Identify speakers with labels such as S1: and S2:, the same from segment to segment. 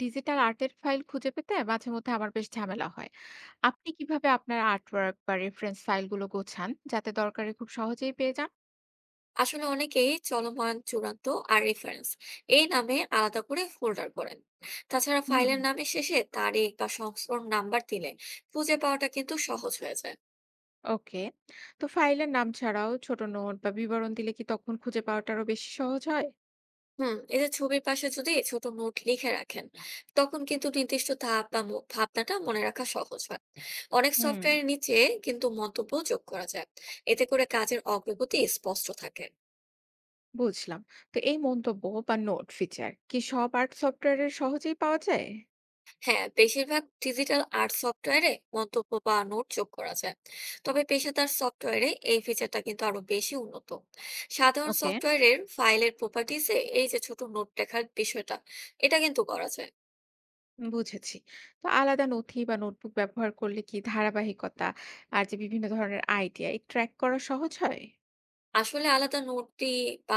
S1: Digital আর্টের file খুঁজে পেতে মাঝে মধ্যে আমার বেশ ঝামেলা হয়। আপনি কিভাবে আপনার আর্টওয়ার্ক বা রেফারেন্স ফাইলগুলো গোছান যাতে দরকারে খুব সহজেই পেয়ে যান?
S2: আসলে অনেকেই চলমান চূড়ান্ত আর রেফারেন্স এই নামে আলাদা করে ফোল্ডার করেন। তাছাড়া
S1: হুম।
S2: ফাইলের নামের শেষে তারিখ বা সংস্করণ নাম্বার দিলে খুঁজে পাওয়াটা কিন্তু সহজ হয়ে যায়।
S1: ওকে। তো ফাইলের নাম ছাড়াও ছোট নোট বা বিবরণ দিলে কি তখন খুঁজে পাওয়াটারও বেশি সহজ হয়?
S2: হুম, এই যে ছবির পাশে যদি ছোট নোট লিখে রাখেন তখন কিন্তু নির্দিষ্ট ধাপ বা ভাবনাটা মনে রাখা সহজ হয়। অনেক
S1: হুম।
S2: সফটওয়্যারের নিচে কিন্তু মন্তব্য যোগ করা যায়। এতে করে কাজের অগ্রগতি স্পষ্ট থাকে।
S1: বুঝলাম। তো এই মন্তব্য বা নোট ফিচার কি সব আর্ট সফটওয়্যারে সহজেই পাওয়া যায়?
S2: হ্যাঁ, বেশিরভাগ ডিজিটাল আর্ট সফটওয়্যারে মন্তব্য বা নোট যোগ করা যায়। তবে পেশাদার সফটওয়্যারে এই ফিচারটা কিন্তু আরো বেশি উন্নত। সাধারণ
S1: ওকে।
S2: সফটওয়্যারের ফাইলের প্রপার্টিসে এই যে ছোট নোট লেখার বিষয়টা, এটা কিন্তু করা যায়।
S1: বুঝেছি। তো আলাদা নথি বা নোটবুক ব্যবহার করলে কি ধারাবাহিকতা আর যে বিভিন্ন ধরনের আইডিয়া ট্র্যাক করা সহজ হয়?
S2: আসলে আলাদা নোটটি বা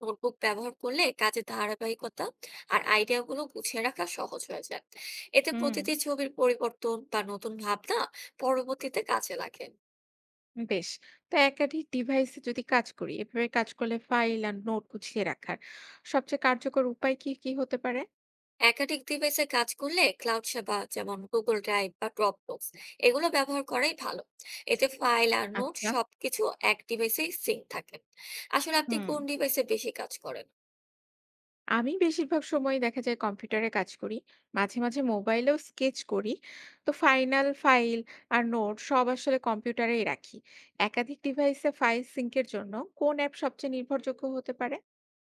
S2: নোটবুক ব্যবহার করলে কাজের ধারাবাহিকতা আর আইডিয়া গুলো গুছিয়ে রাখা সহজ হয়ে যায়। এতে
S1: হুম,
S2: প্রতিটি ছবির পরিবর্তন বা নতুন ভাবনা পরবর্তীতে কাজে লাগে।
S1: বেশ। তো একাধিক ডিভাইসে যদি কাজ করি, এভাবে কাজ করলে ফাইল আর নোট গুছিয়ে রাখার সবচেয়ে কার্যকর উপায় কি, কি হতে পারে?
S2: একাধিক ডিভাইসে কাজ করলে ক্লাউড সেবা যেমন গুগল ড্রাইভ বা ড্রপবক্স, এগুলো ব্যবহার করাই ভালো। এতে ফাইল আর নোট
S1: আচ্ছা।
S2: সবকিছু এক ডিভাইসে সিঙ্ক থাকে। আসলে আপনি
S1: হুম,
S2: কোন ডিভাইসে বেশি কাজ করেন?
S1: আমি বেশিরভাগ সময় দেখা যায় কম্পিউটারে কাজ করি। মাঝে, মাঝে মোবাইলেও স্কেচ করি। তো ফাইনাল ফাইল আর নোট সব আসলে কম্পিউটারেই রাখি। একাধিক ডিভাইসে ফাইল সিঙ্ক এর জন্য কোন অ্যাপ সবচেয়ে নির্ভরযোগ্য হতে পারে?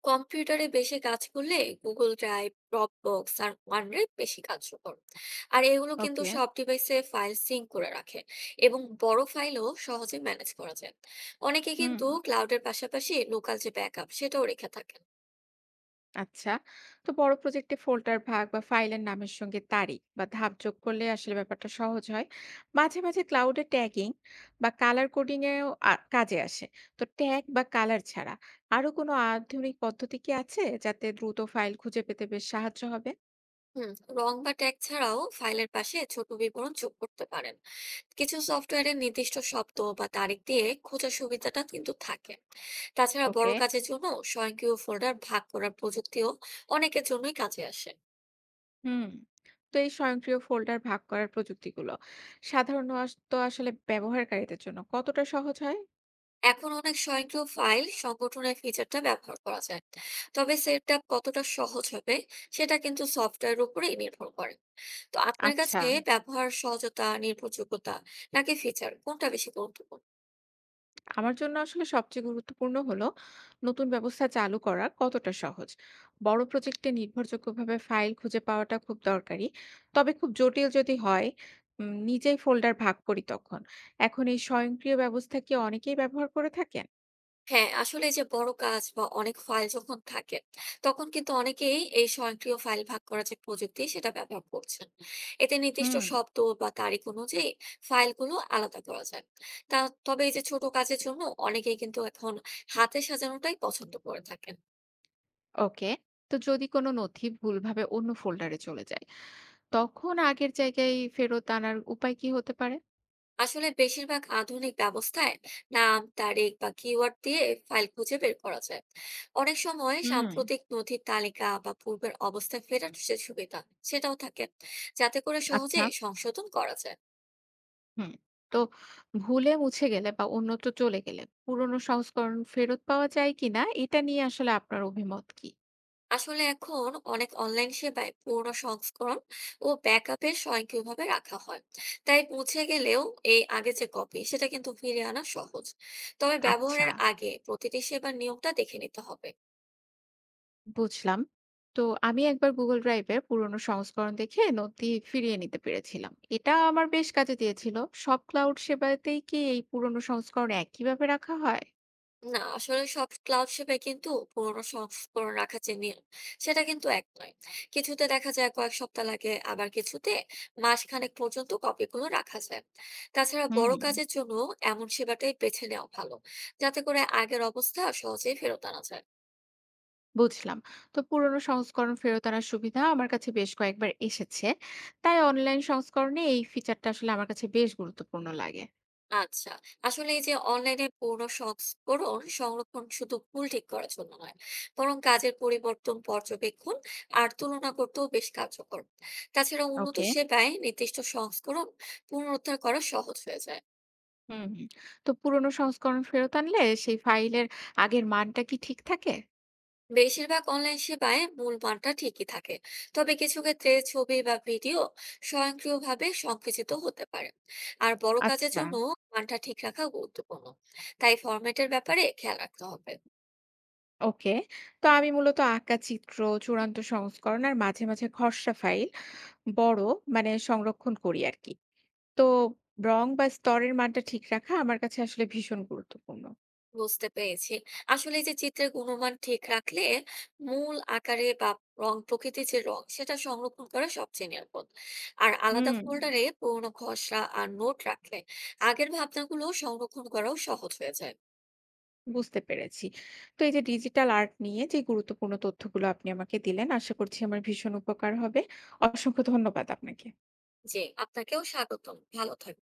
S2: কম্পিউটারে বেশি কাজ করলে গুগল ড্রাইভ, ড্রপবক্স আর ওয়ানড্রাইভ বেশি কার্যকর। আর এগুলো কিন্তু
S1: ওকে।
S2: সব ডিভাইসে ফাইল সিঙ্ক করে রাখে এবং বড় ফাইলও সহজে ম্যানেজ করা যায়। অনেকে
S1: হুম।
S2: কিন্তু ক্লাউডের পাশাপাশি লোকাল যে ব্যাকআপ সেটাও রেখে থাকেন।
S1: আচ্ছা। তো বড় প্রজেক্টে ফোল্ডার ভাগ বা ফাইলের নামের সঙ্গে তারিখ বা ধাপ যোগ করলে আসলে ব্যাপারটা সহজ হয়। মাঝে মাঝে ক্লাউডে ট্যাগিং বা কালার কোডিং এও কাজে আসে। তো ট্যাগ বা কালার ছাড়া আরো কোনো আধুনিক পদ্ধতি কি আছে যাতে দ্রুত ফাইল খুঁজে পেতে বেশ সাহায্য হবে?
S2: হুম, রং বা ট্যাগ ছাড়াও ফাইলের পাশে ছোট বিবরণ যোগ করতে পারেন। কিছু সফটওয়্যারের নির্দিষ্ট শব্দ বা তারিখ দিয়ে খোঁজার সুবিধাটা কিন্তু থাকে। তাছাড়া বড়
S1: ওকে।
S2: কাজের জন্য স্বয়ংক্রিয় ফোল্ডার ভাগ করার প্রযুক্তিও অনেকের জন্যই কাজে আসে।
S1: হুম। তো এই স্বয়ংক্রিয় ফোল্ডার ভাগ করার প্রযুক্তিগুলো সাধারণত আসলে ব্যবহারকারীদের জন্য কতটা সহজ হয়?
S2: এখন অনেক স্বয়ংক্রিয় ফাইল সংগঠনের ফিচারটা ব্যবহার করা যায়। তবে সেট আপ কতটা সহজ হবে সেটা কিন্তু সফটওয়্যারের উপরেই নির্ভর করে। তো আপনার
S1: আচ্ছা।
S2: কাছে ব্যবহার সহজতা, নির্ভরযোগ্যতা নাকি ফিচার কোনটা বেশি গুরুত্বপূর্ণ?
S1: আমার জন্য আসলে সবচেয়ে গুরুত্বপূর্ণ হলো নতুন ব্যবস্থা চালু করা কতটা সহজ। বড় প্রজেক্টে নির্ভরযোগ্যভাবে ফাইল খুঁজে পাওয়াটা খুব দরকারি। তবে খুব জটিল যদি হয়, নিজেই ফোল্ডার ভাগ করি তখন। এখন এই স্বয়ংক্রিয় ব্যবস্থা কি অনেকেই ব্যবহার করে থাকেন?
S2: হ্যাঁ, আসলে এই যে বড় কাজ বা অনেক ফাইল যখন থাকে, তখন কিন্তু অনেকেই এই স্বয়ংক্রিয় ফাইল ভাগ করার যে প্রযুক্তি সেটা ব্যবহার করছেন। এতে নির্দিষ্ট
S1: হুম।
S2: শব্দ বা তারিখ অনুযায়ী ফাইলগুলো আলাদা করা যায়। তা তবে এই যে ছোট কাজের জন্য অনেকেই কিন্তু এখন হাতে সাজানোটাই পছন্দ করে থাকেন।
S1: ওকে। তো যদি কোনো নথি ভুলভাবে অন্য ফোল্ডারে চলে যায়, তখন আগের জায়গায় ফেরত আনার উপায় কি হতে পারে?
S2: আসলে বেশিরভাগ আধুনিক ব্যবস্থায় নাম, তারিখ বা কিওয়ার্ড দিয়ে ফাইল খুঁজে বের করা যায়। অনেক সময়
S1: হুম।
S2: সাম্প্রতিক নথির তালিকা বা পূর্বের অবস্থা ফেরার যে সুবিধা সেটাও থাকে, যাতে করে সহজে
S1: আচ্ছা।
S2: সংশোধন করা যায়।
S1: হুম। তো ভুলে মুছে গেলে বা অন্যত্র চলে গেলে পুরনো সংস্করণ ফেরত পাওয়া যায় কিনা এটা নিয়ে আসলে আপনার অভিমত কি?
S2: আসলে এখন অনেক অনলাইন সেবায় পুরনো সংস্করণ ও ব্যাকআপে স্বয়ংক্রিয়ভাবে রাখা হয়। তাই মুছে গেলেও এই আগে যে কপি সেটা কিন্তু ফিরিয়ে আনা সহজ। তবে
S1: আচ্ছা।
S2: ব্যবহারের আগে প্রতিটি সেবার নিয়মটা দেখে নিতে হবে।
S1: বুঝলাম। তো আমি একবার গুগল ড্রাইভের পুরনো সংস্করণ দেখে নথি ফিরিয়ে নিতে পেরেছিলাম, এটা আমার বেশ কাজে দিয়েছিল। সব ক্লাউড সেবাতেই কি এই পুরনো সংস্করণ একইভাবে রাখা হয়?
S2: না, আসলে সব ক্লাউড সেবায় কিন্তু পুরোনো সংস্করণ রাখা যে নিয়ম সেটা কিন্তু এক নয়। কিছুতে দেখা যায় কয়েক সপ্তাহ লাগে, আবার কিছুতে মাসখানেক পর্যন্ত কপিগুলো রাখা যায়। তাছাড়া বড়
S1: হুম।
S2: কাজের জন্য এমন সেবাটাই বেছে নেওয়া ভালো, যাতে করে আগের অবস্থা সহজেই ফেরত আনা যায়।
S1: বুঝলাম। তো পুরনো সংস্করণ ফেরত আনার সুবিধা আমার কাছে বেশ কয়েকবার এসেছে। তাই অনলাইন সংস্করণে এই ফিচারটা আসলে আমার কাছে বেশ গুরুত্বপূর্ণ লাগে।
S2: আচ্ছা, আসলে এই যে অনলাইনে পূর্ণ সংস্করণ সংরক্ষণ শুধু ভুল ঠিক করার জন্য নয়, বরং কাজের পরিবর্তন পর্যবেক্ষণ আর তুলনা করতেও বেশ কার্যকর। তাছাড়া উন্নত
S1: ওকে।
S2: সেবায় নির্দিষ্ট সংস্করণ পুনরুদ্ধার করা সহজ হয়ে যায়।
S1: হুম, হুম। তো পুরনো সংস্করণ ফেরত আনলে সেই ফাইলের আগের মানটা কি ঠিক থাকে?
S2: বেশিরভাগ অনলাইন সেবায় মূল মানটা ঠিকই থাকে। তবে কিছু ক্ষেত্রে ছবি বা ভিডিও স্বয়ংক্রিয়ভাবে সংকুচিত হতে পারে। আর বড় কাজের
S1: আচ্ছা,
S2: জন্য মানটা ঠিক রাখা গুরুত্বপূর্ণ, তাই ফরম্যাটের ব্যাপারে খেয়াল রাখতে হবে।
S1: ওকে। তো আমি মূলত আঁকা চিত্র, চূড়ান্ত সংস্করণ আর মাঝে, মাঝে খসড়া ফাইল বড় মানে সংরক্ষণ করি আরকি। তো রং বা স্তরের মানটা ঠিক রাখা আমার কাছে আসলে ভীষণ গুরুত্বপূর্ণ।
S2: বুঝতে পেরেছি। আসলে এই যে চিত্রের গুণমান ঠিক রাখলে মূল আকারে বা রং প্রকৃতির যে রং সেটা সংরক্ষণ করা সবচেয়ে নিরাপদ। আর আলাদা
S1: হুম,
S2: ফোল্ডারে পুরোনো খসড়া আর নোট রাখলে আগের ভাবনাগুলো সংরক্ষণ করাও সহজ হয়ে যায়।
S1: বুঝতে পেরেছি। তো এই যে ডিজিটাল আর্ট নিয়ে যে গুরুত্বপূর্ণ তথ্যগুলো আপনি আমাকে দিলেন, আশা করছি আমার ভীষণ উপকার হবে। অসংখ্য ধন্যবাদ আপনাকে।
S2: জি, আপনাকেও স্বাগতম। ভালো থাকবেন।